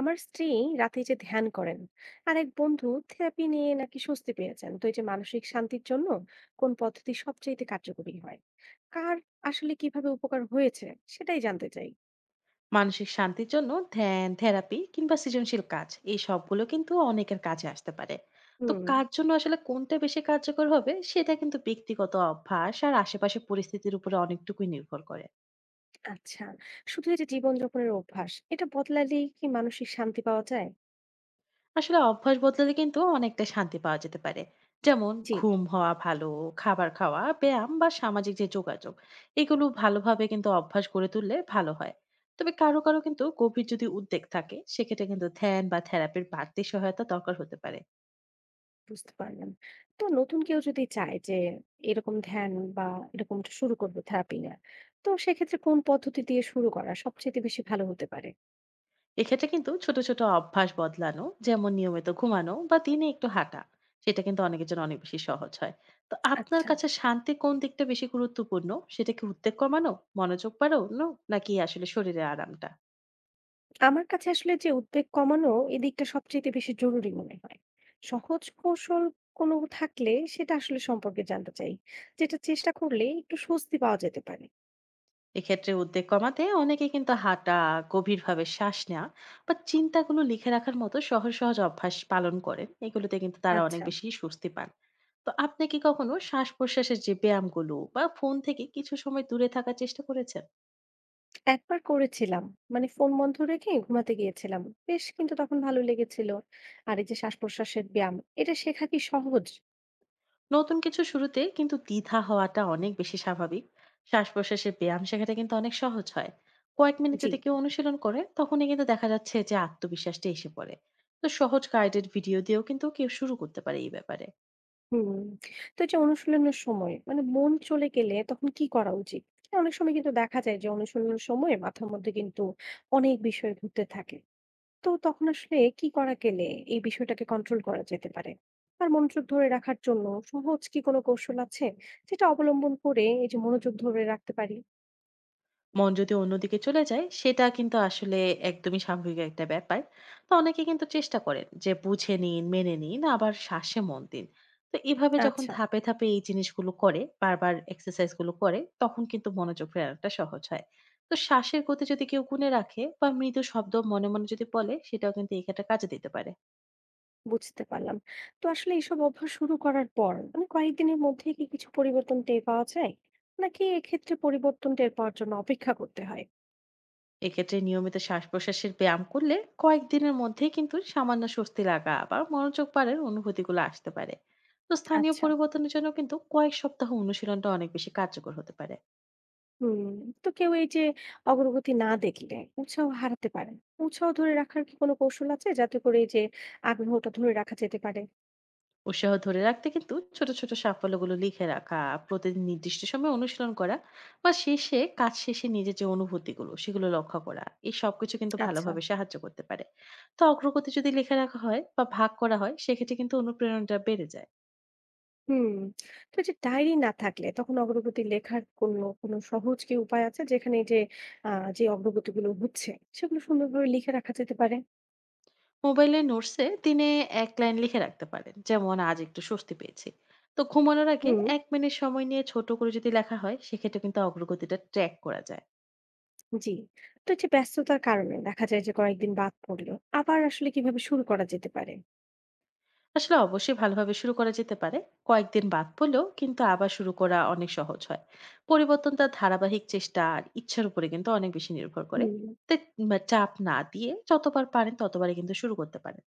আমার স্ত্রী রাতে যে ধ্যান করেন আর এক বন্ধু থেরাপি নিয়ে নাকি স্বস্তি পেয়েছেন। তো এই যে মানসিক শান্তির জন্য কোন পদ্ধতি সবচেয়ে কার্যকরী হয়, কার আসলে কিভাবে উপকার হয়েছে সেটাই জানতে চাই। মানসিক শান্তির জন্য ধ্যান থেরাপি কিংবা সৃজনশীল কাজ এই সবগুলো কিন্তু অনেকের কাজে আসতে পারে। তো হুম। কার জন্য আসলে কোনটা বেশি কার্যকর হবে সেটা কিন্তু ব্যক্তিগত অভ্যাস আর আশেপাশের পরিস্থিতির উপরে অনেকটুকুই নির্ভর করে। আচ্ছা, শুধু এই যে জীবনযাপনের অভ্যাস এটা বদলালেই কি মানসিক শান্তি পাওয়া যায়? আসলে অভ্যাস বদলালে কিন্তু অনেকটা শান্তি পাওয়া যেতে পারে, যেমন জি। ঘুম হওয়া ভালো, খাবার খাওয়া, ব্যায়াম বা সামাজিক যে যোগাযোগ, এগুলো ভালোভাবে কিন্তু অভ্যাস গড়ে তুললে ভালো হয়। তবে কারো কারো কিন্তু গভীর যদি উদ্বেগ থাকে, সেক্ষেত্রে কিন্তু ধ্যান বা থেরাপির বাড়তি সহায়তা দরকার হতে পারে। বুঝতে পারলাম। তো নতুন কেউ যদি চায় যে এরকম ধ্যান বা এরকম শুরু করবে থেরাপি, না, তো সেক্ষেত্রে কোন পদ্ধতি দিয়ে শুরু করা সবচেয়ে বেশি ভালো হতে পারে? এক্ষেত্রে কিন্তু ছোট ছোট অভ্যাস বদলানো, যেমন নিয়মিত ঘুমানো বা দিনে একটু হাঁটা, সেটা কিন্তু অনেকের জন্য অনেক বেশি সহজ হয়। তো আপনার আচ্ছা। কাছে শান্তি কোন দিকটা বেশি গুরুত্বপূর্ণ, সেটা কি উদ্বেগ কমানো, মনোযোগ বাড়ানো, নাকি আসলে শরীরে আরামটা? আমার কাছে আসলে যে উদ্বেগ কমানো এই দিকটা সবচেয়ে বেশি জরুরি মনে হয়। সহজ কৌশল কোনো থাকলে সেটা আসলে সম্পর্কে জানতে চাই, যেটা চেষ্টা করলে একটু স্বস্তি পাওয়া যেতে পারে। এক্ষেত্রে উদ্বেগ কমাতে অনেকে কিন্তু হাঁটা, গভীরভাবে শ্বাস নেওয়া, বা চিন্তাগুলো লিখে রাখার মতো সহজ সহজ অভ্যাস পালন করেন, এগুলোতে কিন্তু তারা অনেক আচ্ছা। বেশি স্বস্তি পান। তো আপনি কি কখনো শ্বাস প্রশ্বাসের যে ব্যায়ামগুলো বা ফোন থেকে কিছু সময় দূরে থাকার চেষ্টা করেছেন? একবার করেছিলাম, মানে ফোন বন্ধ রেখে ঘুমাতে গিয়েছিলাম। বেশ কিন্তু তখন ভালো লেগেছিল। আর এই যে শ্বাস প্রশ্বাসের ব্যায়াম, এটা শেখা কি সহজ? নতুন কিছু শুরুতে কিন্তু দ্বিধা হওয়াটা অনেক বেশি স্বাভাবিক। শ্বাস প্রশ্বাসের ব্যায়াম শেখাটা কিন্তু অনেক সহজ হয়। কয়েক মিনিট জি। যদি কেউ অনুশীলন করে তখনই কিন্তু দেখা যাচ্ছে যে আত্মবিশ্বাসটা এসে পড়ে। তো সহজ গাইডেড ভিডিও দিয়েও কিন্তু কেউ শুরু করতে পারে এই ব্যাপারে। হুম। তো এই যে অনুশীলনের সময় মানে মন চলে গেলে তখন কি করা উচিত? অনেক সময় কিন্তু দেখা যায় যে অনুশীলনের সময় মাথার মধ্যে কিন্তু অনেক বিষয় ঘুরতে থাকে। তো তখন আসলে কি করা গেলে এই বিষয়টাকে কন্ট্রোল করা যেতে পারে? আর মনোযোগ ধরে রাখার জন্য সহজ কি কোনো কৌশল আছে, যেটা অবলম্বন করে এই যে মনোযোগ ধরে রাখতে পারি? মন যদি অন্যদিকে চলে যায় সেটা কিন্তু আসলে একদমই স্বাভাবিক একটা ব্যাপার। তো অনেকে কিন্তু চেষ্টা করেন যে বুঝে নিন, মেনে নিন, আবার শ্বাসে মন দিন। তো এভাবে যখন আচ্ছা, ধাপে ধাপে এই জিনিসগুলো করে, বারবার এক্সারসাইজ গুলো করে, তখন কিন্তু মনোযোগ ফেরানোটা সহজ হয়। তো শ্বাসের গতি যদি কেউ গুণে রাখে বা মৃদু শব্দ মনে মনে যদি বলে সেটাও কিন্তু এই ক্ষেত্রে কাজে দিতে পারে। বুঝতে পারলাম। তো আসলে এসব অভ্যাস শুরু করার পর মানে কয়েকদিনের মধ্যেই কি কিছু পরিবর্তন টের পাওয়া যায়? নাকি এক্ষেত্রে পরিবর্তন টের পাওয়ার জন্য অপেক্ষা করতে হয়? এক্ষেত্রে নিয়মিত শ্বাস-প্রশ্বাসের ব্যায়াম করলে কয়েকদিনের মধ্যেই কিন্তু সামান্য স্বস্তি লাগা বা মনোযোগ বাড়ার অনুভূতিগুলো আসতে পারে। তো স্থানীয় আচ্ছা। পরিবর্তনের জন্য কিন্তু কয়েক সপ্তাহ অনুশীলনটা অনেক বেশি কার্যকর হতে পারে। হুম। তো কেউ এই যে অগ্রগতি না দেখলে উৎসাহ হারাতে পারে। উৎসাহ ধরে রাখার কি কোনো কৌশল আছে, যাতে করে এই যে আগ্রহটা ধরে রাখা যেতে পারে? উৎসাহ ধরে রাখতে কিন্তু ছোট ছোট সাফল্যগুলো লিখে রাখা, প্রতিদিন নির্দিষ্ট সময়ে অনুশীলন করা, বা শেষে কাজ শেষে নিজের যে অনুভূতিগুলো সেগুলো লক্ষ্য করা, এই সবকিছু কিন্তু আচ্ছা। ভালোভাবে সাহায্য করতে পারে। তো অগ্রগতি যদি লিখে রাখা হয় বা ভাগ করা হয়, সেক্ষেত্রে কিন্তু অনুপ্রেরণাটা বেড়ে যায়। হুম। তো এই যে ডায়েরি না থাকলে তখন অগ্রগতি লেখার কোনো, কোনো সহজ কি উপায় আছে, যেখানে এই যে আ যে অগ্রগতিগুলো হচ্ছে সেগুলো সুন্দরভাবে লিখে রাখা যেতে পারে? মোবাইলে নোটসে দিনে এক লাইন লিখে রাখতে পারেন, যেমন আজ একটু স্বস্তি পেয়েছি। তো ঘুমানোর আগে হুম, 1 মিনিট সময় নিয়ে ছোট করে যদি লেখা হয়, সেক্ষেত্রে কিন্তু অগ্রগতিটা ট্র্যাক করা যায়। জি। তো এই যে ব্যস্ততার কারণে দেখা যায় যে কয়েকদিন বাদ পড়লো। আবার আসলে কিভাবে শুরু করা যেতে পারে? আসলে অবশ্যই ভালোভাবে শুরু করা যেতে পারে। কয়েকদিন বাদ পড়লেও কিন্তু আবার শুরু করা অনেক সহজ হয়। পরিবর্তনটা ধারাবাহিক চেষ্টা আর ইচ্ছার উপরে কিন্তু অনেক বেশি নির্ভর করে। হুম। তাই বা চাপ না দিয়ে যতবার পারেন ততবারই কিন্তু শুরু করতে পারেন।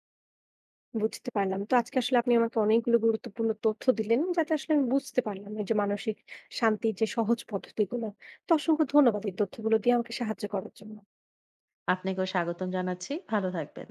বুঝতে পারলাম। তো আজকে আসলে আপনি আমাকে অনেকগুলো গুরুত্বপূর্ণ তথ্য দিলেন, যাতে আসলে আমি বুঝতে পারলাম এই যে মানসিক শান্তির যে সহজ পদ্ধতিগুলো। তো অসংখ্য ধন্যবাদ এই তথ্যগুলো দিয়ে আমাকে সাহায্য করার জন্য। আপনাকেও স্বাগতম জানাচ্ছি, ভালো থাকবেন।